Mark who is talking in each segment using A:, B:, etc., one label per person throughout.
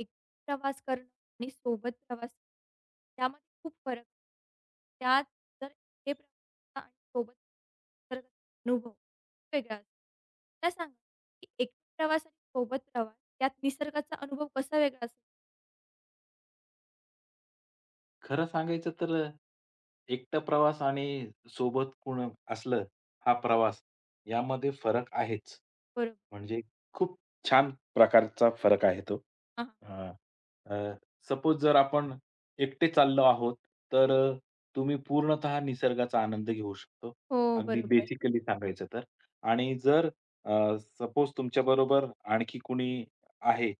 A: एकटं प्रवास करणं आणि सोबत प्रवास त्यामध्ये खूप फरक आहे. त्यात जर एकटे प्रवासाचा आणि सोबत तर अनुभव वेगळा असतो. मला सांगा, की एकटे प्रवास आणि सोबत प्रवास यात निसर्गाचा अनुभव कसा वेगळा असेल?
B: खरं सांगायचं तर एकटा प्रवास आणि सोबत कोण असलं, हा प्रवास यामध्ये फरक आहेच.
A: बरोबर.
B: म्हणजे खूप छान प्रकारचा फरक आहे तो.
A: हां, हां.
B: सपोज जर आपण एकटे चाललो आहोत, तर तुम्ही पूर्णतः निसर्गाचा आनंद घेऊ शकतो.
A: हो,
B: अगदी
A: बरोबर.
B: बेसिकली सांगायचं तर. आणि जर सपोज तुमच्याबरोबर आणखी कुणी आहे,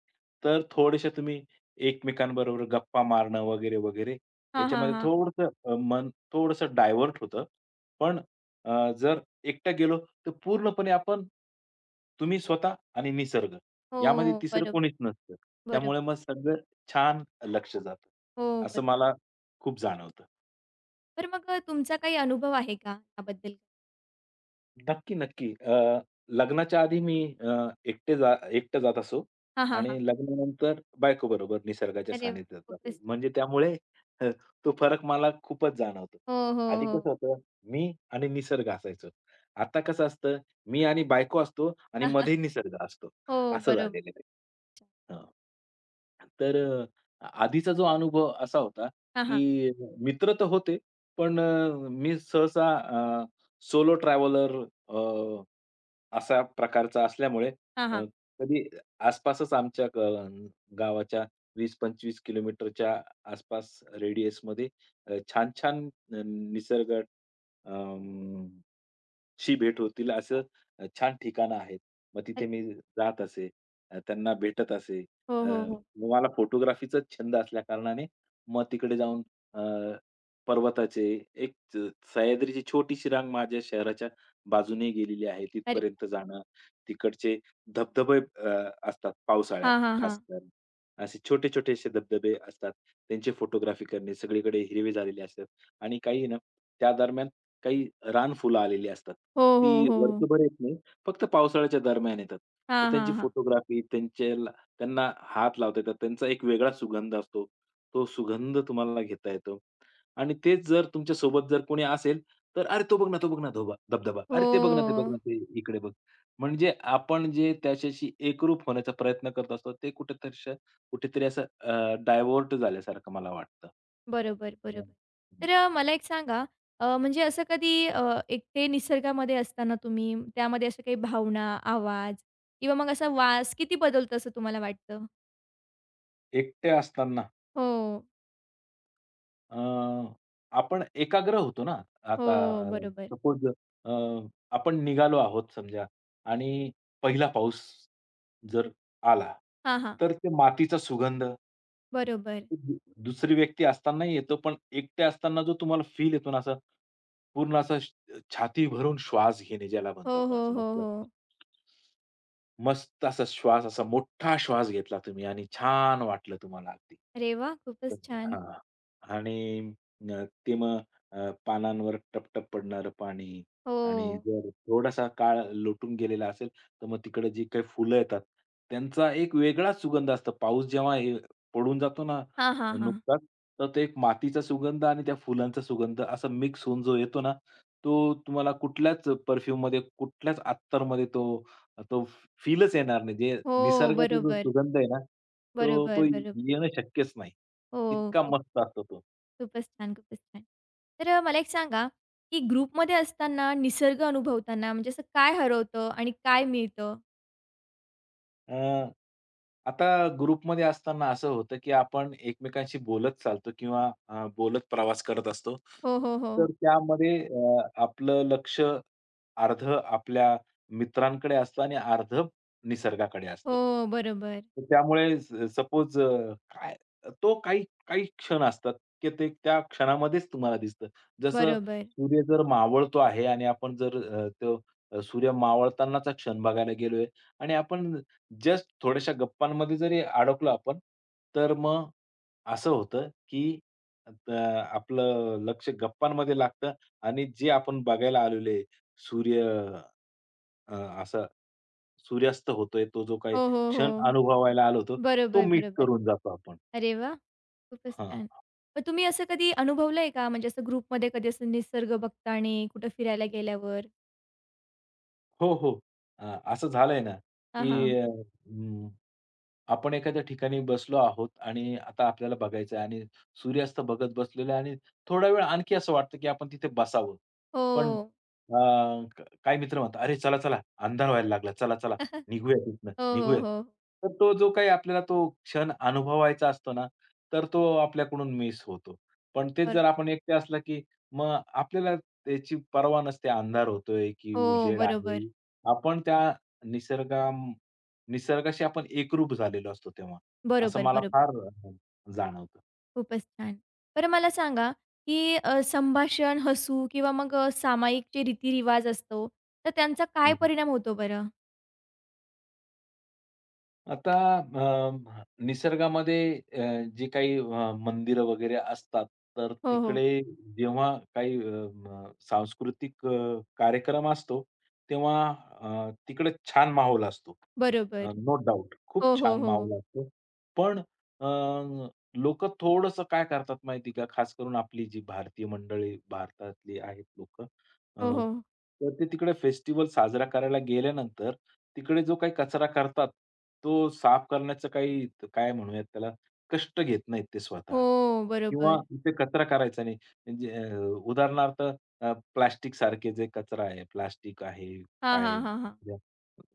B: तर थोडेसे तुम्ही एकमेकांबरोबर गप्पा मारणं वगैरे, वगैरे
A: हां, हां,
B: याच्यामध्ये
A: हां.
B: थोडंसं मन थोडंसं डायव्हर्ट होतं. पण जर एकटा गेलो तर पूर्णपणे आपण तुम्ही स्वतः आणि निसर्ग यामध्ये
A: हो,
B: तिसरं
A: बरोबर,
B: कोणीच नसतं.
A: बरोबर.
B: त्यामुळे मग सगळं छान लक्ष जातं.
A: हो,
B: असं
A: बरोबर.
B: मला खूप जाणवतं.
A: तर मग तुमचा काही अनुभव आहे का याबद्दल?
B: नक्की, नक्की. लग्नाच्या आधी मी एकटे जा एकटं जात असो
A: हां, हां,
B: आणि
A: हां.
B: लग्नानंतर बायकोबरोबर निसर्गाच्या
A: अरे वाह!
B: सानिध्यात
A: खूपच
B: जातो. म्हणजे त्यामुळे अ, तो फरक मला खूपच जाणवतो.
A: हो, हो,
B: आधी
A: हो.
B: कसं होतं, मी आणि निसर्ग असायचो. आता कसं असतं, मी आणि बायको असतो आणि मध्ये निसर्ग असतो.
A: हो,
B: असं
A: बरोबर.
B: झालेलं आहे. हां. तर आधीचा जो अनुभव असा होता,
A: हां, हां.
B: की मित्र तर होते, पण मी सहसा सोलो ट्रॅव्हलर अ, असा प्रकारचा असल्यामुळे
A: हां,
B: अ,
A: हां.
B: कधी आसपासच आमच्या गावाच्या 20-25 किलोमीटरच्या आसपास रेडियसमध्ये छान-छान निसर्ग अं, शी भेट होतील असं छान ठिकाणं आहेत. मग
A: अरे
B: तिथे मी जात असे. त्यांना भेटत असे.
A: हो,
B: अ,
A: हो, हो.
B: मला फोटोग्राफीचा छंद असल्याकारणाने मग तिकडे जाऊन अ, पर्वताचे एक स सह्याद्रीची छोटीशी रांग माझ्या शहराच्या बाजूने गेलेली आहे.
A: अरे
B: तिथपर्यंत जाणं, तिकडचे धबधबे अ, असतात पावसाळ्यात
A: हां, हां,
B: खास
A: हां.
B: करून. असे छोटे-छोटे असे धबधबे असतात. त्यांची फोटोग्राफी करणे, सगळीकडे हिरवे झालेले असतात आणि काही ना त्या दरम्यान काही रानफुलं आलेली असतात.
A: हो, हो,
B: ती
A: हो. हो.
B: वर्षभर येत नाही, फक्त पावसाळ्याच्या दरम्यान येतात. तर
A: हां,
B: त्यांची
A: हां, हां.
B: फोटोग्राफी, त्यांच्याला त्यांना हात लावता येतात. त्यांचा एक वेगळा सुगंध असतो. तो सुगंध तुम्हाला घेता येतो आणि तेच जर तुमच्यासोबत जर कोणी असेल, तर "अरे, तो बघ ना, तो बघ ना धोबा धबधबा.
A: हो.
B: अरे, ते बघ ना, ते बघ ना, ते इकडे बघ." म्हणजे आपण जे त्याच्याशी एकरूप होण्याचा प्रयत्न करत असतो, ते कुठेतरी कुठेतरी असं डायव्हर्ट झाल्यासारखं मला वाटतं.
A: बरोबर, बरोबर.
B: हं.
A: तर मला एक सांगा म्हणजे असं कधी एकटे निसर्गामध्ये असताना तुम्ही त्यामध्ये असं काही भावना, आवाज किंवा मग असा वास किती बदलतो असं तुम्हाला वाटतं?
B: एकटे असताना
A: हो,
B: अ, आपण एकाग्र होतो ना, आता
A: हो.
B: अ,
A: बरोबर.
B: सपोज आपण निघालो आहोत समजा आणि पहिला पाऊस जर आला,
A: हां, हां.
B: तर ते मातीचा सुगंध
A: बरोबर.
B: दु दुसरी व्यक्ती असतानाही येतो, पण एकटे असताना जो तुम्हाला फील येतो ना, असा पूर्ण असा छाती भरून श्वास घेणे ज्याला
A: हो,
B: म्हणतो आपण
A: हो,
B: असं
A: हो,
B: मस्त
A: हो.
B: मस्त असा श्वास, असा मोठा श्वास घेतला तुम्ही आणि छान वाटलं तुम्हाला अगदी.
A: अरे वाह!
B: तर
A: खूपच छान.
B: हां. आणि ते मग पानांवर टपटप पडणारं पाणी आणि
A: हो.
B: जर थोडासा काळ लोटून गेलेला असेल, तर मग तिकडे जी काही फुलं येतात, त्यांचा एक वेगळाच सुगंध असतो. पाऊस जेव्हा हे पडून जातो ना,
A: हां, हां, हां.
B: नुकताच तर ते एक मातीचा सुगंध आणि त्या फुलांचा सुगंध असा मिक्स होऊन जो येतो ना, तो तुम्हाला कुठल्याच परफ्यूममध्ये, कुठल्याच अत्तरमध्ये तो तो फीलच येणार नाही. जे
A: हो.
B: निसर्गाचा जो
A: बरोबर,
B: सुगंध आहे ना, तो तो
A: बरोबर, बरोबर.
B: येणं शक्यच नाही.
A: हो.
B: इतका मस्त असतो तो.
A: खूपच छान, खूपच छान. तर मला एक सांगा, की ग्रुपमध्ये असताना निसर्ग अनुभवताना म्हणजे असं काय हरवतं आणि काय मिळतं?
B: अ, आता ग्रुपमध्ये असताना असं होतं, की आपण एकमेकांशी बोलत चालतो किंवा बोलत प्रवास करत असतो.
A: हो, हो, हो.
B: तर त्यामध्ये आपलं लक्ष अर्धं आपल्या मित्रांकडे असतं आणि अर्धं निसर्गाकडे असतं.
A: हो, बरोबर.
B: तर त्यामुळे सपोज काय तो काही काही क्षण असतात, की ते त्या क्षणामध्येच तुम्हाला दिसतं. जसं
A: बरोबर.
B: सूर्य जर मावळतो आहे आणि आपण जर तो सूर्य मावळतानाचा क्षण बघायला गेलोय आणि आपण जस्ट थोड्याशा गप्पांमध्ये जरी अडकलो आपण, तर मग असं होतं, की आपलं लक्ष गप्पांमध्ये लागतं आणि जे आपण बघायला आलेलो आहे, सूर्य अ, असा सूर्यास्त होतोय, तो जो काही
A: हो, हो, हो.
B: क्षण अनुभवायला आलो होतो, तो
A: बरोबर,
B: मिस
A: बरोबर.
B: करून जातो आपण.
A: अरे वाह! खूपच छान.
B: हां.
A: मग तुम्ही असं कधी अनुभवलंय का? म्हणजे असं ग्रुपमध्ये कधी असं निसर्ग बघताना कुठं फिरायला गेल्यावर?
B: हो, हो. अ, असं झालंय ना,
A: हां,
B: की
A: हां.
B: आपण एखाद्या ठिकाणी बसलो आहोत आणि आता आपल्याला बघायचं आहे आणि सूर्यास्त बघत बसलेलो आहे आणि थोडा वेळ आणखी असं वाटतं, की आपण तिथे बसावं. पण
A: हो.
B: अ, काही मित्र म्हणतात, "अरे चला, चला, अंधार व्हायला लागला. चला, चला,
A: हो,
B: निघूया तिथनं,
A: हो,
B: निघूया."
A: हो.
B: तर तो जो काही आपल्याला तो क्षण अनुभवायचा असतो ना, तर तो आपल्याकडून मिस होतो. पण तेच
A: बरं.
B: जर आपण एकटे असला, की मग आपल्याला त्याची पर्वा नसते, अंधार होतोय, की
A: हो,
B: उजेड आहे.
A: बरोबर.
B: आपण त्या निसर्गाम निसर्गाशी आपण एकरूप झालेलो असतो तेव्हा, असं
A: बरोबर,
B: मला
A: बरोबर.
B: फार जाणवतं.
A: खूपच छान. बरं मला सांगा, की संभाषण, हसू किंवा मग सामायिक जे रीतिरिवाज असतो, तर त्यांचा काय परिणाम होतो बरं?
B: आता निसर्गामध्ये अ, जी काही मंदिरं वगैरे असतात, तर
A: हो, हो.
B: तिकडे जेव्हा काही अ, म सांस्कृतिक कार्यक्रम असतो, तेव्हा तिकडे छान माहोल असतो.
A: बरोबर.
B: नो डाउट खूप
A: हो, हो,
B: छान
A: हो.
B: माहोल असतो. पण अ, लोकं काय करतात माहिती का, खास करून आपली जी भारतीय मंडळी भारतातली आहेत लोकं,
A: हो, हो.
B: तर ते तिकडे फेस्टिव्हल साजरा करायला गेल्यानंतर तिकडे जो काही कचरा करतात, तो साफ करण्याचं काही काय म्हणूयात त्याला, कष्ट घेत नाहीत ते स्वतः
A: हो,
B: किंवा
A: बरोबर.
B: इथे कचरा करायचा नाही. म्हणजे उदाहरणार्थ प्लास्टिकसारखे जे कचरा आहे, प्लास्टिक आहे,
A: हां,
B: काय
A: हां, हां, हां.
B: ज्या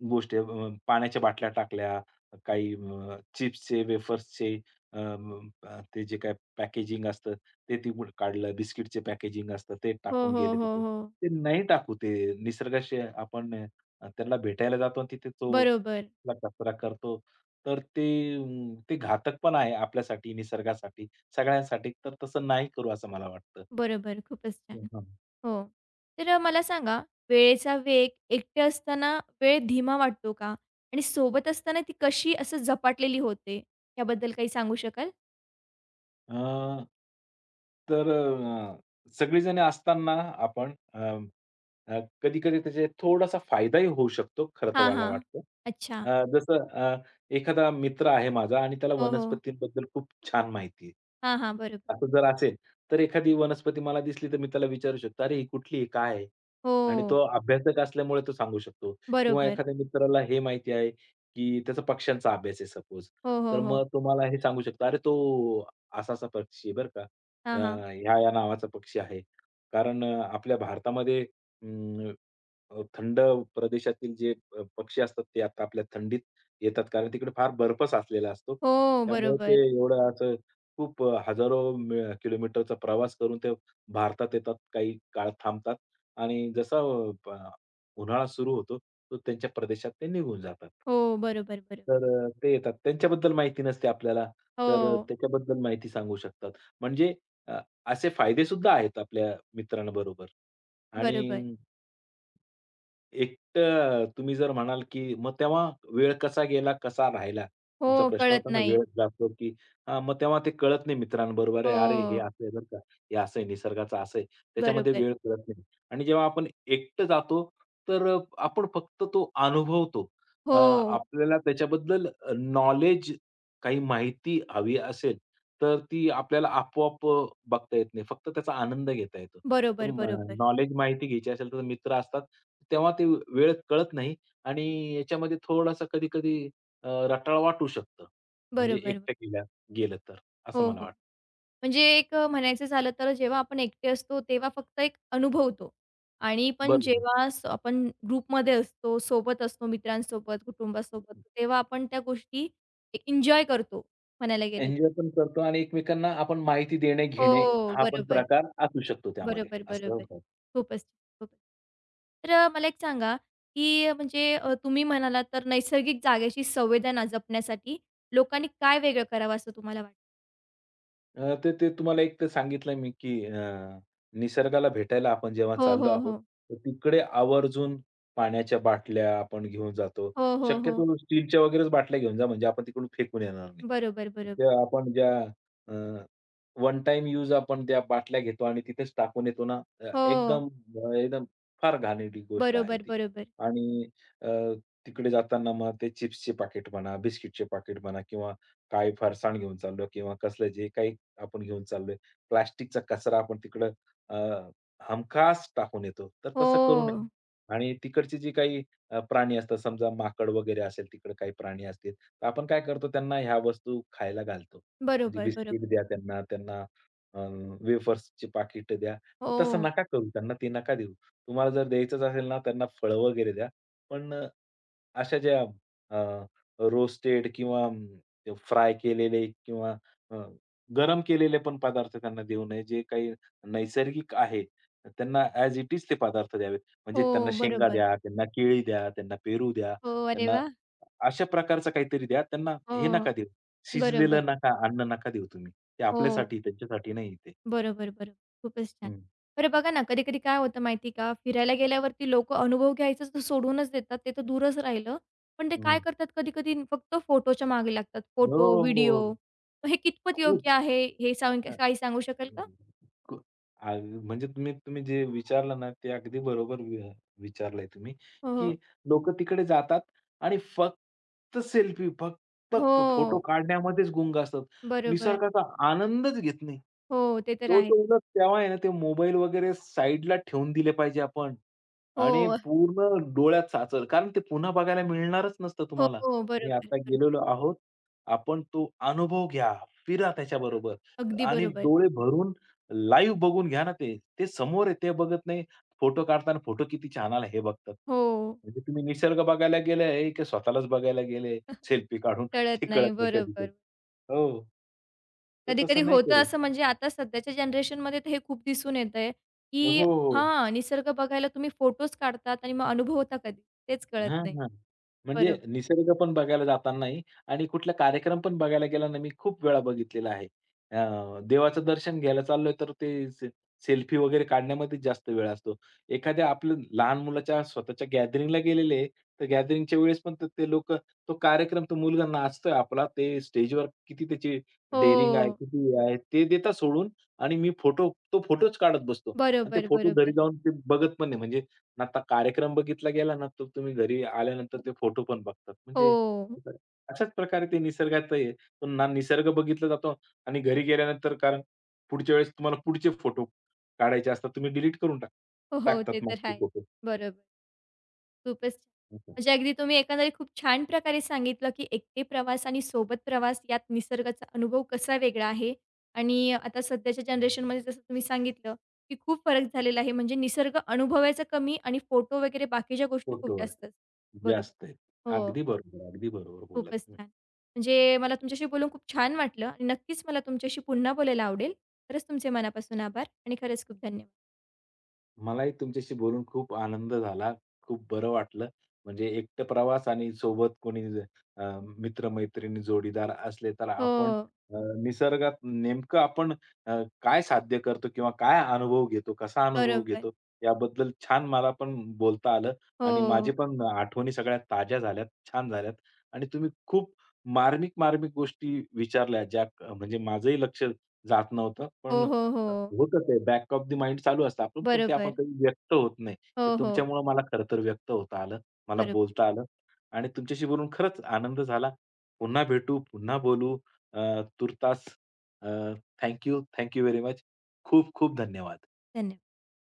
B: गोष्टी आहे, पाण्याच्या बाटल्या टाकल्या, काही चिप्सचे, वेफर्सचे ते जे काही पॅकेजिंग असतं, ते तिकडून काढलं. बिस्किटचे पॅकेजिंग असतं, ते
A: हो,
B: टाकून
A: हो,
B: गेले
A: हो,
B: तिथे.
A: हो.
B: ते नाही टाकू, ते निसर्गाशी आपण त्यांना भेटायला जातो आणि तिथे तो
A: बरोबर,
B: आपला कचरा करतो. तर ते ते घातक पण आहे आपल्यासाठी, निसर्गासाठी, सगळ्यांसाठी. तर तसं नाही करू असं मला वाटतं.
A: बरोबर. खूपच छान. हो. तर मला सांगा, वेळेचा वेग एकटे असताना वेळ धीमा वाटतो का? आणि सोबत असताना ती कशी असं झपाटलेली होते? याबद्दल काही सांगू शकाल?
B: अ, तर सगळीजण असताना आपण अ, अ, कधी-कधी त्याचा थोडासा फायदाही होऊ शकतो, खरं तर
A: हां,
B: मला
A: हां.
B: वाटतं.
A: अच्छा.
B: जसं एखादा मित्र आहे माझा आणि त्याला
A: हो, हो.
B: वनस्पतींबद्दल खूप छान माहिती आहे.
A: हां, हां. बरोबर.
B: असं जर असेल, तर एखादी वनस्पती मला दिसली, तर मी त्याला विचारू शकतो, "अरे, ही कुठली आहे? काय आहे?" आणि
A: हो.
B: तो अभ्यासक असल्यामुळे तो सांगू शकतो किंवा
A: बरोबर.
B: एखाद्या मित्राला हे माहिती आहे, की त्याचा पक्ष्यांचा अभ्यास आहे सपोज,
A: हो,
B: तर
A: हो, हो.
B: मग तो मला हे सांगू शकतो, "अरे, तो असा-असा पक्षी आहे बरं का.
A: हां, हां.
B: ह्या-ह्या नावाचा पक्षी आहे. कारण आपल्या भारतामध्ये अं, थंड प्रदेशातील जे पक्षी असतात ते आता आपल्या थंडीत येतात. कारण तिकडे फार बर्फ साचलेला असतो.
A: हो,
B: त्यामुळे
A: बरोबर.
B: ते एवढं असं खूप हजारो किलोमीटरचा प्रवास करून ते भारतात येतात. काही काळ थांबतात आणि जसा अ, प उन्हाळा सुरू होतो, तो त्यांच्या प्रदेशात ते निघून जातात.
A: हो, बरोबर, बरोबर.
B: तर ते येतात. त्यांच्याबद्दल माहिती नसते आपल्याला. तर
A: हो,
B: त्याच्याबद्दल माहिती सांगू शकतात. म्हणजे अ, असे फायदे सुद्धा आहेत आपल्या मित्रांबरोबर आणि
A: बरोबर.
B: एकटं तुम्ही जर म्हणाल, की मग तेव्हा वेळ कसा गेला, कसा राहिला?
A: हो,
B: तुमचा प्रश्न
A: कळत
B: होता ना,
A: नाही.
B: वेळ जातो, की हां, मग तेव्हा ते कळत नाही मित्रांबरोबर आहे. अरे, हे
A: हो,
B: असं आहे बरं का, हे असं आहे, निसर्गाचं असं आहे. त्याच्यामध्ये
A: बरोबर.
B: वेळ कळत नाही. आणि जेव्हा आपण एकटं जातो, तर आपण फक्त तो अनुभवतो.
A: हो,
B: आपल्याला त्याच्याबद्दल नॉलेज, काही माहिती हवी असेल, तर ती आपल्याला आपोआप बघता येत नाही. फक्त त्याचा आनंद घेता येतो. तर
A: बरोबर, बरोबर.
B: नॉलेज, माहिती घ्यायची असेल, तर मित्र असतात. तेव्हा ते वेळ कळत नाही आणि याच्यामध्ये थोडासा कधी-कधी रटाळ वाटू शकतं. म्हणजे
A: बरोबर.
B: एकटं गेलं तर, असं
A: हो,
B: मला
A: हो.
B: वाटतं.
A: म्हणजे एक म्हणायचं झालं तर जेव्हा आपण एकटे असतो तेव्हा फक्त एक अनुभवतो आणि पण
B: बरोबर.
A: जेव्हा आपण ग्रुपमध्ये असतो, सोबत असतो मित्रांसोबत, कुटुंबासोबत, तेव्हा आपण त्या गोष्टी एक एन्जॉय करतो म्हणायला गेलं तर.
B: एन्जॉय पण करतो आणि एकमेकांना आपण माहिती देणे-घेणे
A: हो,
B: हा पण
A: बरोबर.
B: प्रकार असू शकतो त्यामध्ये,
A: बरोबर,
B: असं
A: बरोबर. खूपच, खूपच. तर मला एक सांगा, की म्हणजे तुम्ही म्हणालात तर नैसर्गिक जागेची संवेदना जपण्यासाठी लोकांनी काय वेगळं करावं असं तुम्हाला वाटतं?
B: ते ते तुम्हाला एक तर सांगितलं मी, की निसर्गाला भेटायला आपण जेव्हा
A: हो,
B: चाललो
A: हो,
B: आहोत,
A: हो.
B: तर तिकडे आवर्जून पाण्याच्या बाटल्या आपण घेऊन जातो.
A: हो, हो, हो.
B: शक्यतो स्टीलच्या वगैरेच बाटल्या घेऊन जा, म्हणजे आपण तिकडून फेकून येणार नाही.
A: बरोबर, बरोबर.
B: त्या आपण ज्या वन टाईम यूज आपण त्या बाटल्या घेतो आणि तिथेच टाकून येतो ना,
A: हो.
B: एकदम फार घाणेरडी गोष्ट आहे
A: बरोबर,
B: ती.
A: बरोबर.
B: आणि अ, तिकडे जाताना मग ते चिप्सचे पाकीट म्हणा, बिस्किटचे पाकीट म्हणा किंवा काय फरसाण घेऊन चाललो किंवा कसलं जे काही आपण घेऊन चाललोय. प्लास्टिकचा कचरा आपण तिकडं अ, हमखास टाकून येतो. तर तसं करू नये
A: हो.
B: आणि तिकडची जी काही प्राणी असतात, समजा माकड वगैरे असेल, तिकडे काही प्राणी असतील, तर आपण काय करतो त्यांना ह्या वस्तू खायला घालतो. म्हणजे
A: बरोबर, बरोबर.
B: बिस्किट द्या त्यांना, त्यांना वेफर्सची पाकिट द्या. तर तसं
A: हो.
B: नका करू, त्यांना ते नका देऊ. तुम्हाला जर द्यायचंच असेल ना, त्यांना फळं वगैरे द्या. पण अशा ज्या अ, रोस्टेड किंवा फ्राय केलेले किंवा अ, गरम केलेले पण पदार्थ त्यांना देऊ नये. जे काही नैसर्गिक आहे, त्यांना ॲज इट इज ते पदार्थ द्यावेत. म्हणजे त्यांना
A: हो,
B: शेंगा
A: बरोबर.
B: द्या, त्यांना केळी द्या, त्यांना पेरू द्या,
A: हो, अरे
B: त्यांना
A: वाह!
B: अशा प्रकारचं काहीतरी द्या. त्यांना
A: हो.
B: हे नका देऊ.
A: बरोबर.
B: शिजलेलं नका, अन्न नका देऊ तुम्ही. ते
A: हो.
B: आपल्यासाठी, त्यांच्यासाठी नाही ते.
A: बरोबर, बरोबर. खूपच छान. बरं बघा ना, कधी-कधी काय होतं माहिती का, फिरायला गेल्यावरती लोकं अनुभव घ्यायचं तर सोडूनच देतात, ते तर दूरच राहिलं. पण ते
B: हं,
A: काय
B: हं.
A: करतात कधी-कधी फक्त फोटोच्या मागे लागतात.
B: हो,
A: फोटो, व्हिडिओ.
B: हो.
A: मग हे कितपत
B: खूप.
A: योग्य आहे, हे काही सांगू शकाल
B: हं.
A: का?
B: क अग म्हणजे तुम्ही तुम्ही जे विचारलं ना, ते अगदी बरोबर विचारलंय तुम्ही,
A: हो,
B: की
A: हो.
B: लोकं तिकडे जातात आणि फक्त सेल्फी, फक्त
A: हो.
B: फोटो काढण्यामध्येच गुंग असतात.
A: बरोबर.
B: निसर्गाचा आनंदच घेत नाही.
A: हो, ते तर
B: तो
A: आहे.
B: तो उलट तेव्हा आहे ना, ते मोबाईल वगैरे साइडला ठेवून दिले पाहिजे आपण. आणि
A: हो.
B: पूर्ण डोळ्यात साचलं. कारण ते पुन्हा बघायला मिळणारच नसतं
A: हो,
B: तुम्हाला.
A: हो. बरोबर,
B: तुम्ही आता
A: बरोबर.
B: गेलेलो आहोत. आपण तो अनुभव घ्या, फिरा त्याच्याबरोबर
A: अगदी
B: आणि
A: बरोबर.
B: डोळे भरून लाईव्ह बघून घ्या ना ते. ते समोर आहे ते बघत नाही. फोटो काढताना फोटो किती छान आला हे बघतात.
A: हो.
B: म्हणजे तुम्ही निसर्ग बघायला गेले की स्वतःलाच बघायला गेले सेल्फी काढून
A: टळत
B: ते
A: नाही.
B: कळत नाही कधी-कधी.
A: बरोबर.
B: हो, तर
A: कधी-कधी
B: तसं नाही
A: होतं
B: करू.
A: असं म्हणजे आता सध्याच्या जनरेशनमध्ये तर हे खूप दिसून येतंय,
B: हो,
A: की
B: हो.
A: हां, निसर्ग बघायला तुम्ही फोटोज काढतात आणि मग अनुभवता कधी? तेच कळत
B: हां,
A: नाही.
B: हां. म्हणजे
A: बरोबर.
B: निसर्ग पण बघायला जातानाही आणि कुठला कार्यक्रम पण बघायला गेला ना, मी खूप वेळा बघितलेला आहे. देवाचं दर्शन घ्यायला चाललोय, तर ते सेल्फी वगैरे काढण्यामध्येच जास्त वेळ असतो. एखाद्या आपल्या लहान मुलाच्या स्वतःच्या गॅदरिंगला गेलेले तर गॅदरिंगच्या वेळेस पण तर ते लोकं तो कार्यक्रम, तो मुलगा नाचतोय आपला, ते स्टेजवर किती त्याची
A: हो.
B: डेअरिंग आहे, किती आहे, ते देतात सोडून आणि मी फोटो तो फोटोच काढत बसतो आणि ते
A: बरोबर,
B: फोटो घरी
A: बरोबर.
B: जाऊन ते बघत पण नाही. म्हणजे आता कार्यक्रम बघितला गेला ना, तर तुम्ही घरी आल्यानंतर ते फोटो पण बघतात. म्हणजे
A: हो.
B: अशाच प्रकारे ते निसर्गातही आहे. पुन्हा निसर्ग बघितला जातो आणि घरी गेल्यानंतर कारण पुढच्या वेळेस तुम्हाला पुढचे फोटो काढायचे असतात. तुम्ही डिलीट करून
A: हो, हो. ते
B: टाकतात मग
A: तर
B: ते
A: आहे.
B: फोटो.
A: बरोबर. खूपच छान. म्हणजे अगदी तुम्ही एकंदरीत खूप छान प्रकारे सांगितलं, की एकटे प्रवास आणि सोबत प्रवास यात निसर्गाचा अनुभव कसा वेगळा आहे आणि आता सध्याच्या जनरेशनमध्ये जसं तुम्ही सांगितलं, की खूप फरक झालेला आहे. म्हणजे निसर्ग अनुभवायचा कमी आणि फोटो वगैरे बाकीच्या गोष्टी खूप
B: फोटोवर
A: जास्तच.
B: जे
A: बरोबर.
B: असतंय.
A: हो,
B: अगदी बरोबर, अगदी बरोबर
A: खूपच
B: बोललात
A: छान. म्हणजे मला तुमच्याशी बोलून खूप छान वाटलं आणि नक्कीच मला तुमच्याशी पुन्हा बोलायला आवडेल. खरंच तुमचे मनापासून आभार आणि खरंच खूप धन्यवाद.
B: मलाही तुमच्याशी बोलून खूप आनंद झाला. खूप बरं वाटलं. म्हणजे एकटं प्रवास आणि सोबत कोणी अ, मित्र-मैत्रिणी, जोडीदार असले तर
A: हो,
B: आपण अ, निसर्गात नेमकं आपण अ, काय साध्य करतो किंवा काय अनुभव घेतो, कसा अनुभव
A: बरोबर.
B: घेतो, याबद्दल छान मला पण बोलता आलं
A: हो.
B: आणि माझे पण आठवणी सगळ्या ताज्या झाल्यात, छान झाल्यात आणि तुम्ही खूप मार्मिक, मार्मिक गोष्टी विचारल्या ज्या म्हणजे माझंही लक्ष जात नव्हतं.
A: हो,
B: पण
A: हो, हो.
B: होतं ते बॅक ऑफ द माइंड चालू असतं आपण, पण ते आपण
A: बरोबर.
B: कधी व्यक्त होत नाही. ते
A: हो, हो.
B: तुमच्यामुळं मला खरं तर व्यक्त होता आलं. मला
A: बरोबर.
B: बोलता आलं आणि तुमच्याशी बोलून खरंच आनंद झाला. पुन्हा भेटू, पुन्हा बोलू. तूर्तास अ, thank you, thank very much. खूप खूप धन्यवाद.
A: धन्यवाद.